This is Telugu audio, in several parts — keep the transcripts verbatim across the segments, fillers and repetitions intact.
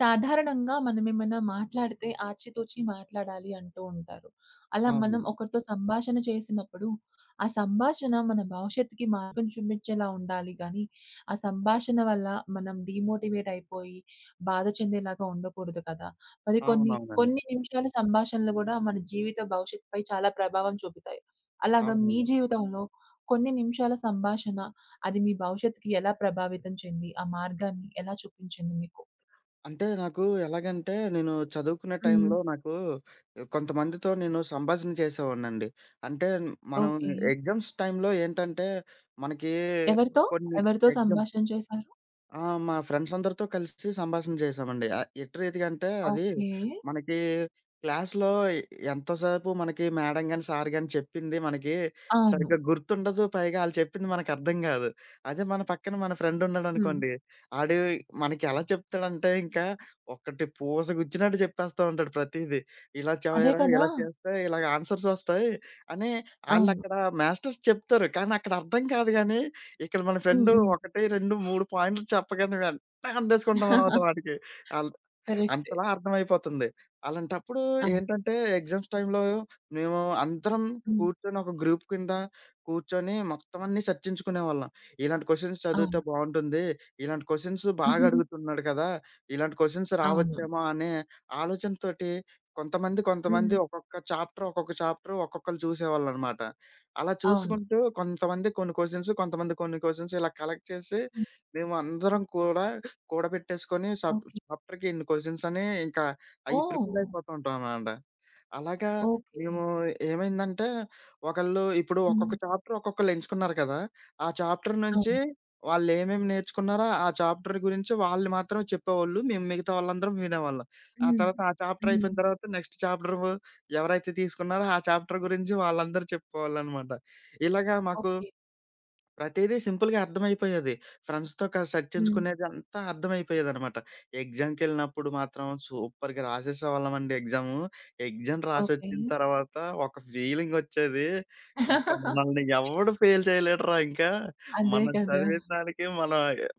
సాధారణంగా మనమేమన్నా మాట్లాడితే ఆచితూచి మాట్లాడాలి అంటూ ఉంటారు. అలా అవును. మనం ఒకరితో సంభాషణ చేసినప్పుడు, ఆ సంభాషణ మన భవిష్యత్తుకి మార్గం చూపించేలా ఉండాలి గానీ, ఆ సంభాషణ వల్ల మనం డీమోటివేట్ అయిపోయి, బాధ చెందేలాగా ఉండకూడదు కదా! మరి కొన్ని, అవునవునండి. కొన్ని నిమిషాల సంభాషణలు గూడా మన జీవిత భవిష్యత్తుపై చాలా ప్రభావం చూపుతాయి. అలాగా మీ అవునండి. జీవితంలో కొన్ని నిమిషాల సంభాషణ, అది మీ భవిష్యత్తుకి ఎలా ప్రభావితం చెంది, ఆ మార్గాన్ని ఎలా చూపించింది మీకు? అంటే నాకు ఎలాగంటే, నేను చదువుకునే టైంలో నాకు కొంతమందితో నేను సంభాషణ చేసేవాడినండి. అంటే, మనం ఓకే. ఎగ్జామ్స్ టైంలో ఏంటంటే, మనకి ఎవరితో? కొన్ని ఎవరితో ఎగ్జామ్స్ సంభాషణ చేశారు? ఆ! మా ఫ్రెండ్స్ అందరితో కలిసి సంభాషణ చేశామండి. ఆహ్, ఎట్టి రీతికంటే అది ఓకే. మనకి క్లాస్‌లో ఎంతసేపు మనకి మేడం గాని, సార్ గాని చెప్పింది మనకి అవును. సరిగ్గా గుర్తుండదు. పైగా ఆళ్ళు చెప్పింది మనకర్థం కాదు. అదే మన పక్కన మన ఫ్రెండ్ హ్మ్. ఉన్నాడనుకోండి, ఆడు మనకి ఎలా చెప్తాడంటే ఇంకా ఒకటి పూస గుచ్చినట్టు చెప్పేస్తా ఉంటాడు ప్రతీదీ. ఇలా అదే చేయరా, కదా! ఇలా చేస్తే ఇలాగ ఆన్సర్స్ వస్తాయి అని అవును. ఆళ్ళక్కడ మాస్టర్స్ చెప్తారు. కానీ అక్కడ అర్థం కాదు గానీ, ఇక్కడ మన హ్మ్. ఫ్రెండు హ్మ్. ఒకటి, రెండు, మూడు పాయింట్లు చెప్పగానే వెంటనే అద్దేసుకుంటామనమాట వాటికి. ఆల్ కరెక్టే. అంతలా అర్థమైపోతుంది. అలాంటప్పుడు అవును. ఏంటంటే, ఎగ్జామ్స్ టైమ్‌లో మేము అందరం హ్మ్. కూర్చొని ఒక గ్రూప్ కింద కూర్చొని మొత్తం అన్నీ చర్చించుకునేవాళ్ళం. ఇలాంటి క్వెషన్స్ చదివితే అవును. బావుంటుంది. ఇలాంటి క్వెషన్స్ బాగా అడుగుతున్నాడు కదా! ఇలాంటి క్వెషన్స్ అవును. రావచ్చేమో అనే ఆలోచనతోటి కొంతమంది, హ్మ్. కొంతమంది ఒక్కొక్క చాప్టర్, ఒక్కొక్క చాప్టర్ ఒక్కొక్కళ్ళు చూసేవాళ్ళనమాట. అలా అవును. చూసుకుంటూ కొంతమంది కొన్ని క్వెషన్స్, కొంతమంది కొన్ని క్వెషన్స్ ఇలా కలెక్ట్ చేసి హ్మ్. మేమందరం కూడా కూడబెట్టేసుకొని సబ్ ఓకే. చాప్టర్‌కి ఇన్ని క్వెషన్స్ అని ఇంకా అయి ఓహ్! ప్రిపేర్ అయిపోతూ ఉంటామనమాట. అలాగా ఓకే. మేము ఏమైందంటే ఒకళ్ళు ఇప్పుడు ఒక్కొక్క హ్మ్. చాప్టర్ ఒక్కొక్కళ్ళు ఎంచుకున్నారు కదా! ఆ చాప్టర్ నుంచి అవును. వాళ్ళేమేమి నేర్చుకున్నారో ఆ చాప్టర్ గురించి వాళ్ళు మాత్రమే చెప్పేవాళ్ళు. మేము మిగతా వాళ్ళందరం వినేవాళ్ళం. ఆ హ్మ్. తర్వాత ఆ చాప్టర్ హ్మ్. అయిపోయిన తర్వాత నెక్స్ట్ చాప్టర్ ఎవరైతే తీసుకున్నారో ఆ చాప్టర్ గురించి వాళ్ళందరూ చెప్పేవాళ్ళనమాట. ఇలాగా మాకు ఓకే. ప్రతీదీ సింపుల్‌గా అర్థమైపోయేది. ఫ్రెండ్స్‌తో క హ్మ్. చర్చించుకునేది అంతా అర్థమైపోయేదనమాట. ఎగ్జామ్‌కెళ్ళినప్పుడు మాత్రం సూపర్‌గా రాసేసేవాళ్ళమండి ఎగ్జాము. Exam okay. రాసొచ్చిన తర్వాత ఒక ఫీలింగొచ్చేది. ఇంకా మనల్ని ఎవడు ఫెయిల్ చేయలేడురా ఇంకా. అదే మనం కదా! చదివిన దానికి మన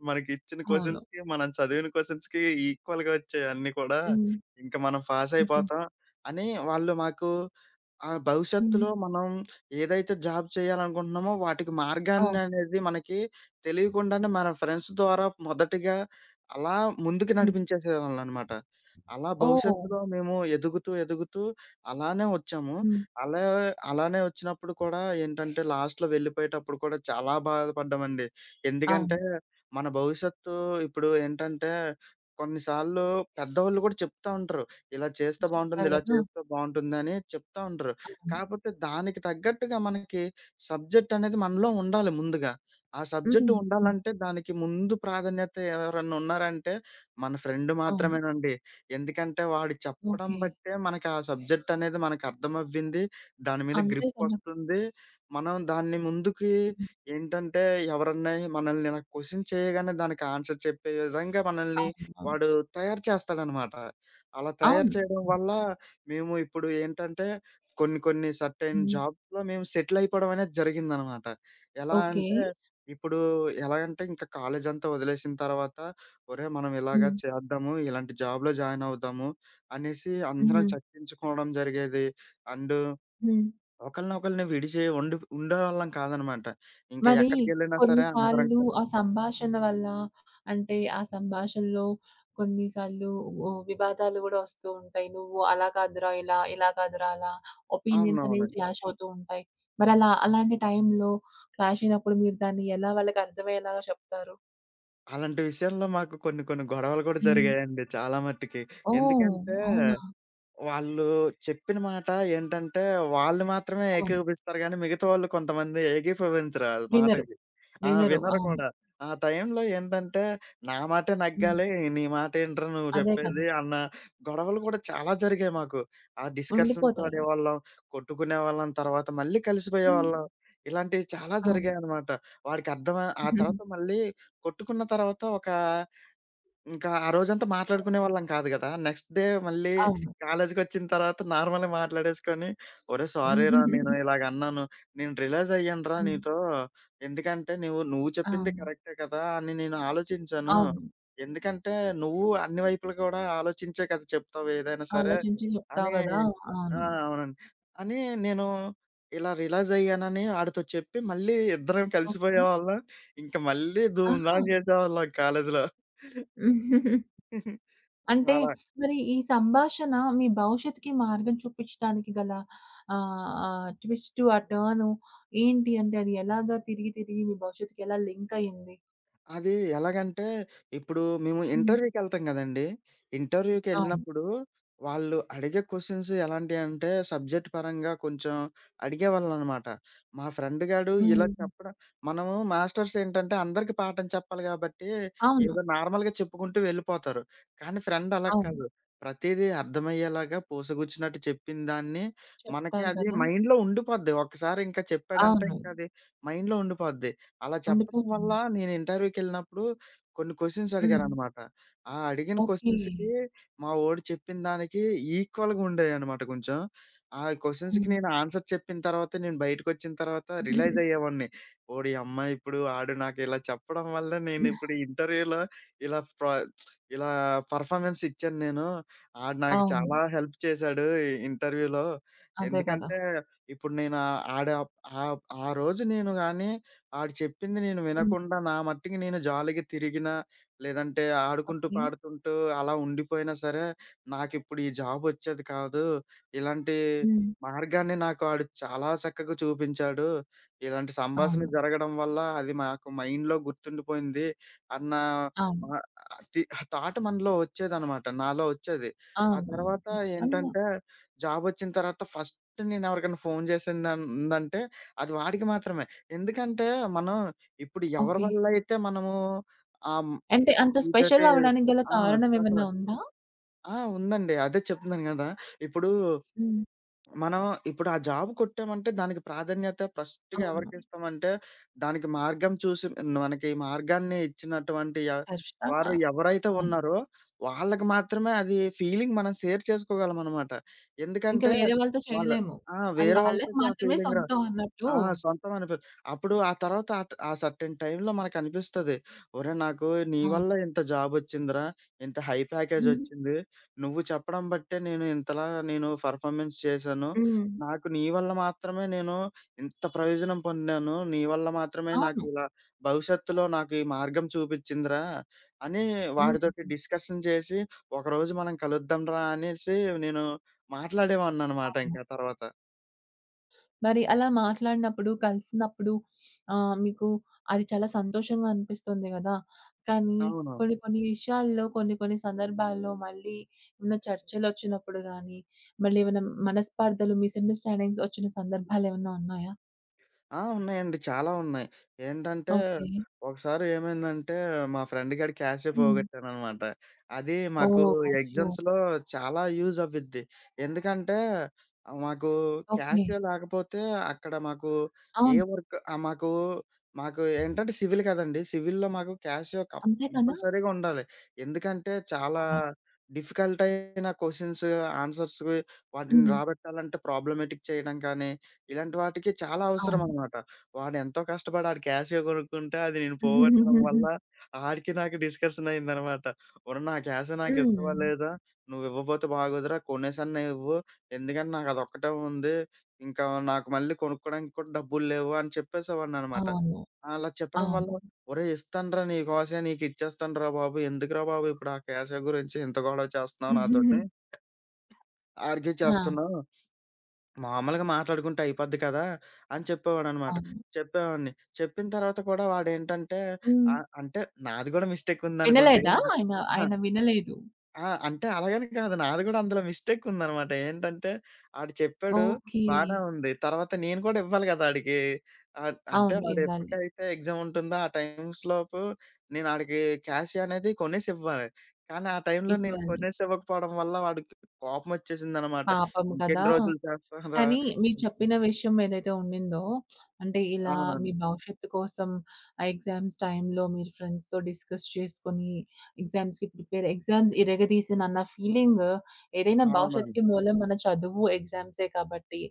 మనకిచ్చిన అవును. క్వెషన్స్‌కి, మనం చదివిన క్వెషన్స్‌కి ఈక్వల్‌గా వచ్చాయి అన్నీ కూడా. హ్మ్. ఇంక మనం ఓకే. పాసయిపోతాం అని వాళ్ళు మాకు ఆ! హ్మ్. భవిష్యత్తులో మనం ఏదైతే జాబ్ చేయాలనుకుంటున్నామో వాటికి అవును. మార్గాన్ననేది మనకి తెలియకుండానే మన ఫ్రెండ్స్ ద్వారా మొదటిగా అలా ముందుకు హ్మ్. నడిపించేసేవాళ్ళనమాట. అలా ఓహ్! భవిష్యత్తులో మేము ఎదుగుతూ, ఎదుగుతూ అలానే వచ్చాము. హ్మ్. అలా అలానే వచ్చినప్పుడు కూడా ఏంటంటే లాస్ట్‌లో వెళ్ళిపోయేటప్పుడు కూడా చాలా బాధపడ్డామండి. ఎందుకంటే అవును. మన భవిష్యత్తు ఇప్పుడు ఏంటంటే కొన్నిసార్లు పెద్దవాళ్ళు కూడా చెప్తా ఉంటారు. ఇలా చేస్తే బావుంటుంది, చెప్తారు ఇలా కదా! చేస్తే బావుంటుందని చెప్తా ఉంటారు. అవును. కాకపోతే దానికి తగ్గట్టుగా మనకి సబ్జెక్ట్ అనేది మనలో ఉండాలి ముందుగా. ఆ సబ్జెక్ట్ హ్మ్. హ్మ్. ఉండాలంటే దానికి ముందు ప్రాధాన్యత ఎవరన్నా ఉన్నారంటే మన ఫ్రెండ్ అవును. మాత్రమేనండి. ఎందుకంటే వాడు చెప్పడం ఓకే. బట్టే మనకి ఆ సబ్జెక్ట్ అనేది మనకు అర్థమవ్వింది. దాని మీద అంతే కదా! గ్రిప్పొస్తుంది. మనం దాన్ని ముందుకి హ్మ్. ఏంటంటే ఎవరన్నా మనల్ని ఇలా క్వెషన్ చేయగానే దానికి ఆన్సర్ చెప్పే విధంగా మనల్ని అవునవును. వాడు తయారు చేస్తాడనమాట. అలా తయారు అవును. చేయడం అవును. వల్ల మేము ఇప్పుడు ఏంటంటే కొన్ని కొన్ని సర్టైన్ హ్మ్. జాబ్స్‌లో మేము సెటిల్ అయిపోవడం అనేది జరిగిందనమాట. ఎలా ఓకే. అంటే ఇప్పుడు ఎలాగంటే ఇంకా కాలేజంతా వదిలేసిన తర్వాత ఒరేయ్! మనం ఇలాగ హ్మ్. చేద్దాము. ఇలాంటి జాబ్‌లో జాయిన్ అవుదాము అనేసి అందరం హుహు. చర్చించుకోవడం జరిగేది. అండ్ హ్మ్. ఒకళ్ళనొకళ్ళని విడిచి ఉండి ఉండేవాళ్ళం కాదనమాట. ఇంకా మరి ఎక్కడికెళ్ళినా సరే అందరం కొన్నిసార్లు ఆ కలిసి సంభాషణ వల్ల అంటే ఆ సంభాషణలో కొన్నిసార్లు ఓ వివాదాలు గూడా వస్తూ ఉంటాయి. నువ్వు అలా కాదురా ఇలా, ఇలా కాదురా అలా. ఒపీనియన్స్ అవునవును. అనేవి క్లాష్ అవుతూ ఉంటాయి. మరి అలా అలాంటి టైంలో క్లాష్ అయినప్పుడు మీరు దాన్ని ఎలా వాళ్ళకి అర్థమయ్యేలాగా చెప్తారు? అలాంటి విషయాల్లో మాకు కొన్ని కొన్ని గొడవలు కూడా హ్మ్. జరిగాయండి చాలా మట్టుకి. ఓహ్! ఎందుకంటే అవునా? వాళ్ళు చెప్పిన మాట ఏంటంటే, వాళ్ళు మాత్రమే అవును. ఏకీభవిస్తారు గానీ, మిగతా వాళ్ళు కొంతమంది ఏకీభవించరు ఆళ్ళ వినరు. మాటకి. ఆ! వినరు. వినరు అవును. కూడా. ఆ టైంలో ఏంటంటే, నా మాటే హ్మ్. నెగ్గాలి, నీ మాటేంట్రా నువ్వు అదే కదా! చెప్పేది అన్న గొడవలు కూడా చాలా జరిగాయి మాకు. ఆ డిస్కషన్స్ ఉండిపోతారు. ఆడేవాళ్ళం, కొట్టుకునేవాళ్ళం, తర్వాత మళ్ళీ హ్మ్. కలిసిపోయేవాళ్ళం. ఇలాంటివి చాలా అవును. జరిగాయనమాట. వాడికర్థమై ఆ తర్వాత మళ్ళీ కొట్టుకున్న తర్వాత ఒక ఇంకా ఆ రోజంతా అవును. మాట్లాడుకునేవాళ్ళం కాదు గదా! నెక్స్ట్ డే మళ్ళీ అవును. కాలేజ్‌కొచ్చిన తర్వాత నార్మల్‌గా మాట్లాడేసుకొని, "ఒరేయ్! సారీరా నేను ఇలాగ అన్నాను. నేను రియలైజ్ అయ్యానురా హ్మ్. నీతో. ఎందుకంటే నువ్వు నువ్వు చెప్పింది అవును. కరెక్టే కదా!" అని నేను ఆలోచించాను. అవును. ఎందుకంటే నువ్వు అన్ని వైపులు కూడా ఆలోచించే కదా చెప్తావు ఏదైనా సరే ఆలోచించి అని చెప్తావు గదా! ఆ! అవును. అవునండి. అని నేను ఇలా రియలైజ్ అయ్యానని ఆడితో చెప్పి మళ్ళీ ఇద్దరం ఓకే. కలిసిపోయేవాళ్ళం. ఇంక మళ్ళీ ధూమ్ ఆహా! ధామ్ చేసేవాళ్ళం కాలేజ్‌లో. అంటే అలా. మరి ఈ సంభాషణ మీ భవిష్యత్తుకి మార్గం చూపించడానికి గల ఆహ్, ఆహ్, ట్విస్టు, ఆ టర్ను ఏంటి? అంటే అది ఎలాగా తిరిగి, తిరిగి మీ భవిష్యత్తుకి ఎలా లింక్ అయింది? అది ఎలాగంటే, ఇప్పుడు మేము హ్మ్. ఇంటర్వ్యూకెళ్తాం గదండీ! అవును. ఇంటర్వ్యూకెళ్ళినప్పుడు వాళ్ళు అడిగే క్వెషన్స్ ఎలాంటియంటే, సబ్జెక్ట్ పరంగా కొంచెం అడిగేవాళ్ళనమాట. మా ఫ్రెండ్ గాడు ఇలా హ్మ్. చెప్పడం మనము మాస్టర్స్ ఏంటంటే, అందరికి పాఠం చెప్పాలి గాబట్టి, అవును. ఏదో నార్మల్‌గా చెప్పుకుంటూ వెళ్ళిపోతారు. కానీ ఫ్రెండ్ అలా అవును. కాదు. ప్రతీదీ అర్థమయ్యేలాగా పూసగుచ్చినట్టు చెప్పిన దాన్ని మనకి చెప్తారు అది గదా! మైండ్‌లో ఉండిపోద్ది. ఒక్కసారి ఇంకా చెప్పాడంటే, అవును. ఇంకది మైండ్‌లో ఉండిపోద్ది. అలా చెప్పడం వల్ల ఉండిపోతుంది. నేను ఇంటర్వ్యూకెళ్ళినప్పుడు కొన్ని క్వెషన్స్ హ్మ్. అడిగారనమాట. ఆ అడిగిన ఓకే. క్వెషన్స్‌కి మా వోడు చెప్పిన దానికి ఈక్వల్‌గా ఉండేయనమాట కొంచెం. ఆ క్వెషన్స్‌కి హ్మ్. నేను ఆన్సర్ చెప్పిన తర్వాత నేను బయటకొచ్చిన తర్వాత రియలైజ్ అయ్యేవాడిని. ఓడియమ్మ! ఇప్పుడు ఆడు నాకు ఇలా చెప్పడం వల్ల నేనిప్పుడు ఇంటర్వ్యూలో ఇలా ప్ర ఇలా పెర్ఫార్మన్స్ ఇచ్చాను నేను. ఆడు నాకు అవును. చాలా హెల్ప్ చేశాడు ఈ ఇంటర్వ్యూలో. అదే గదా! ఎందుకంటే ఇప్పుడు నేను ఆహ్, ఆడ ఆహ్, ఆ రోజు నేను గాని ఆడు చెప్పింది నేను హ్మ్. వినకుండా నా మట్టికి నేను జాలీగా తిరిగినా, లేదంటే ఆడుకుంటూ, ఓకే. పాడుకుంటూ అలా ఉండిపోయినా సరే, నాకిప్పుడు ఈ జాబొచ్చేది కాదు. ఇలాంటి హ్మ్. మార్గాన్ని నాకు ఆడు చాలా చక్కగా చూపించాడు. ఇలాంటి సంభాషణ అవును. జరగడం వల్ల అది మాకు మైండ్‌లో గుర్తుండిపోయింది అన్న మా అవును. తి థాట్ మనలో వచ్చేదనమాట. నాలో వచ్చేది. ఆ అవును. తర్వాత ఖచ్చితంగా. ఏంటంటే జాబొచ్చిన తర్వాత ఫస్ట్ నేను ఎవరికైనా ఫోను చేసిందందంటే అది వాడికి మాత్రమే. ఎందుకంటే, మనం ఇప్పుడు ఎవరి ఓకే. వల్ల అయితే మనము ఆహ్, హ్మ్, అంటే అంత ఇదైతే స్పెషల్ అవ్వడానికి గల ఆ! కారణం అసలు ఏమన్నా ఉందా? ఆ! ఉందండి. అదే చెప్తున్నాను గదా! ఇప్పుడు హ్మ్. మనం ఇప్పుడు ఆ జాబ్ కొట్టామంటే దానికి ప్రాధాన్యత ఫస్ట్‌గా అవును. ఎవరికిస్తామంటే, దానికి మార్గం చూసి మనకి ఈ మార్గాన్ని ఇచ్చినటువంటి య వారు ఖచ్చితంగా. ఎవరైతే అవును. ఉన్నారో, వాళ్ళకి మాత్రమే అది ఫీలింగ్ మనం షేర్ చేసుకోగలమనమాట. ఇంక ఎందుకంటే, వేరే వాళ్ళతో వాళ్ళ చేయలేము. ఆ! అది వేరే వాళ్ళకి వాళ్ళతోటి ఆ మాత్రమే ఫీలింగ్ రా సొంతం అన్నట్టు. ఆ! సొంతం అనిపి అప్పుడు ఆ తర్వాత అట్ ఆ సర్టెన్ టైమ్‌లో మనకనిపిస్తది. ఒరేయ్! నాకు నీ అవును. వల్ల ఇంత జాబొచ్చిందిరా! ఇంత హై హ్మ్. ప్యాకేజొచ్చింది. నువ్వు చెప్పడం బట్టే నేను ఇంతలా నేను పెర్ఫార్మన్స్ చేశాను. హ్మ్. నాకు నీ వల్ల మాత్రమే నేను ఇంత ప్రయోజనం పొందాను. నీ వల్ల మాత్రమే నాకు అవును. ఇలా భవిష్యత్తులో నాకు ఈ మార్గం చూపిచ్చిందిరా! అని హ్మ్. వాడితోటి డిస్కషన్ చేసి, ఒకరోజు మనం కలుద్దాంరా అనేసి నేను మాట్లాడేవాడిననమాట అవును. ఇంకా తర్వాత. మరి అలా మాట్లాడినప్పుడు, కలిసినప్పుడు ఆహ్, మీకు అది చాలా సంతోషంగా అనిపిస్తుంది గదా! కానీ అవును. కొన్ని కొన్ని విషయాల్లో, కొన్ని కొన్ని సందర్భాల్లో మళ్ళీ ఏమన్నా చర్చలొచ్చినప్పుడు గానీ, మళ్ళీ ఏమైనా మనస్పార్థలు, మిస్‌అండర్‌స్టాండింగ్స్ వచ్చిన సందర్భాలేమన్నా ఉన్నాయా? ఆ! ఉన్నాయండి. చాలా ఉన్నాయి. ఏంటంటే, ఓకే. ఒకసారి ఏమైందంటే, మా ఫ్రెండ్ గాడి క్యాషే హ్మ్. పోగొట్టాననమాట. అది మాకు ఓహ్! అయ్యో! ఎగ్జామ్స్‌లో చాలా యూజ్ అవ్విద్ది. ఎందుకంటే, ఆహ్, మాకు ఓకే. క్యాషే లేకపోతే అక్కడ మాకు ఏ అవును. వర్క్ ఆహ్, మాకు మాకు ఏంటంటే సివిల్ కదండీ! సివిల్‌లో మాకు క్యాష్ కం అంతే కదా! కంపల్సరీగా ఉండాలి. ఎందుకంటే, చాలా కావాలి. డిఫికల్ట్ అయిన క్వెషన్స్ ఆన్సర్స్‌వి వాటిని హ్మ్. రాబెట్టాలంటే ప్రాబ్లమాటిక్ చేయడం కానీ ఇలాంటి వాటికి చాలా అవును. అవసరమనమాట. వాడెంతో కష్టపడి ఆడు క్యాషియో కొనుక్కుంటే అది నేను పోగొట్టడం వల్ల ఆడికి నాకు డిస్కషన్ అయిందనమాట. ఒరేయ్! నా క్యాషియో హ్మ్. నాకిస్తావా లేదా? నువ్వివ్వబోతే బాగోదురా! కొనేసన్నా ఇవ్వు. ఎందుకంటే నాకదొక్కటే ఉంది. ఇంకా నాకు మళ్ళీ కొనుక్కోడానికి కూడా డబ్బులు లేవు అని చెప్పేసేవాడిననమాట. అవును. అలా చెప్పడం వల్ల అవును. ఒరేయ్! ఇస్తానురా నీకోసమే నీకిచ్చేస్తానురా బాబు. ఎందుకురా బాబు ఇప్పుడు ఆ క్యాషియో గురించి ఇంత గొడవ చేస్తున్నావు నాతోటి ఆర్గ్యూ ఆ! చేస్తున్నావు. మామూలుగా మాట్లాడుకుంటే అయిపోద్ది కదా! అని చెప్పేవాడనమాట. అవును. చెప్పేవాడిని. చెప్పిన తర్వాత కూడా వాడేంటంటే హ్మ్. ఆహ్, అంటే నాది కూడా మిస్టేక్ ఉందనుకోండి. వినలేదా? ఆయన, అహా! ఆయన వినలేదు. ఆ! అంటే అలాగని కాదు. నాది కూడా అందులో మిస్టేక్ ఉందనమాట. ఏంటంటే ఆడు చెప్పాడు. ఓకే. బానే ఉంది. తర్వాత నేను కూడా ఇవ్వాలి కదా! ఆడికి. ఆహ్, అంటే అవును. వాడు ఇవ్వాలి. ఎప్పటికైతే ఎగ్జామ్ ఉంటుందో ఆ టైమ్స్ లోపు నేను ఆడికి క్యాషియో అనేది కొనేసి ఇవ్వాలి. కానీ ఆ టైంలో నేను ఇవ్వాలి. కొనేసి ఇవ్వకపోవడం వల్ల వాడికి కోపమొచ్చేసిందనమాట. పాపం కదా! ఇంకెన్ని రోజులు చేస్తావురా? కానీ మీరు చెప్పిన విషయం ఏదైతే ఉండిందో, అంటే ఇలా మీ అవునండి. భవిష్యత్తు కోసం ఆ ఎగ్జామ్స్ టైమ్‌లో మీరు ఫ్రెండ్స్‌తో డిస్కస్ చేసుకొని, ఎగ్జామ్స్‌కి ప్రిపేర్ ఎగ్జామ్స్ ఇరగదీసినన్న ఫీలింగ్ ఏదైనా అవునండి. భవిష్యత్తుకి మూలం మన చదువు, ఎగ్జామ్సే కాబట్టి,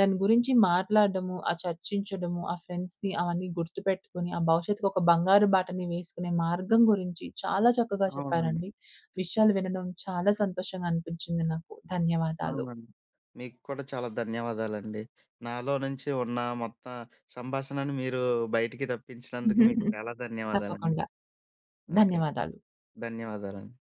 దాని గురించి మాట్లాడడము, ఆ చర్చించడము, ఆ ఫ్రెండ్స్‌ని అవన్నీ గుర్తుపెట్టుకొని, ఆ భవిష్యత్తుకి ఒక బంగారు బాటని వేసుకునే మార్గం గురించి చాలా చక్కగా అవునండి. చెప్పారండి. విషయాలు వినడం చాలా సంతోషంగా అనిపించింది నాకు. ధన్యవాదాలు. అవునండి. మీకు కూడా చాలా ధన్యవాదాలండి. నాలో నుంచి ఉన్న మొత్తం సంభాషణను మీరు బయటికి తెప్పించినందుకు మీకు చాలా ధన్యవాదాలండి. తప్పకుండా. ఓకే. ధన్యవాదాలు. ధన్యవాదాలండి.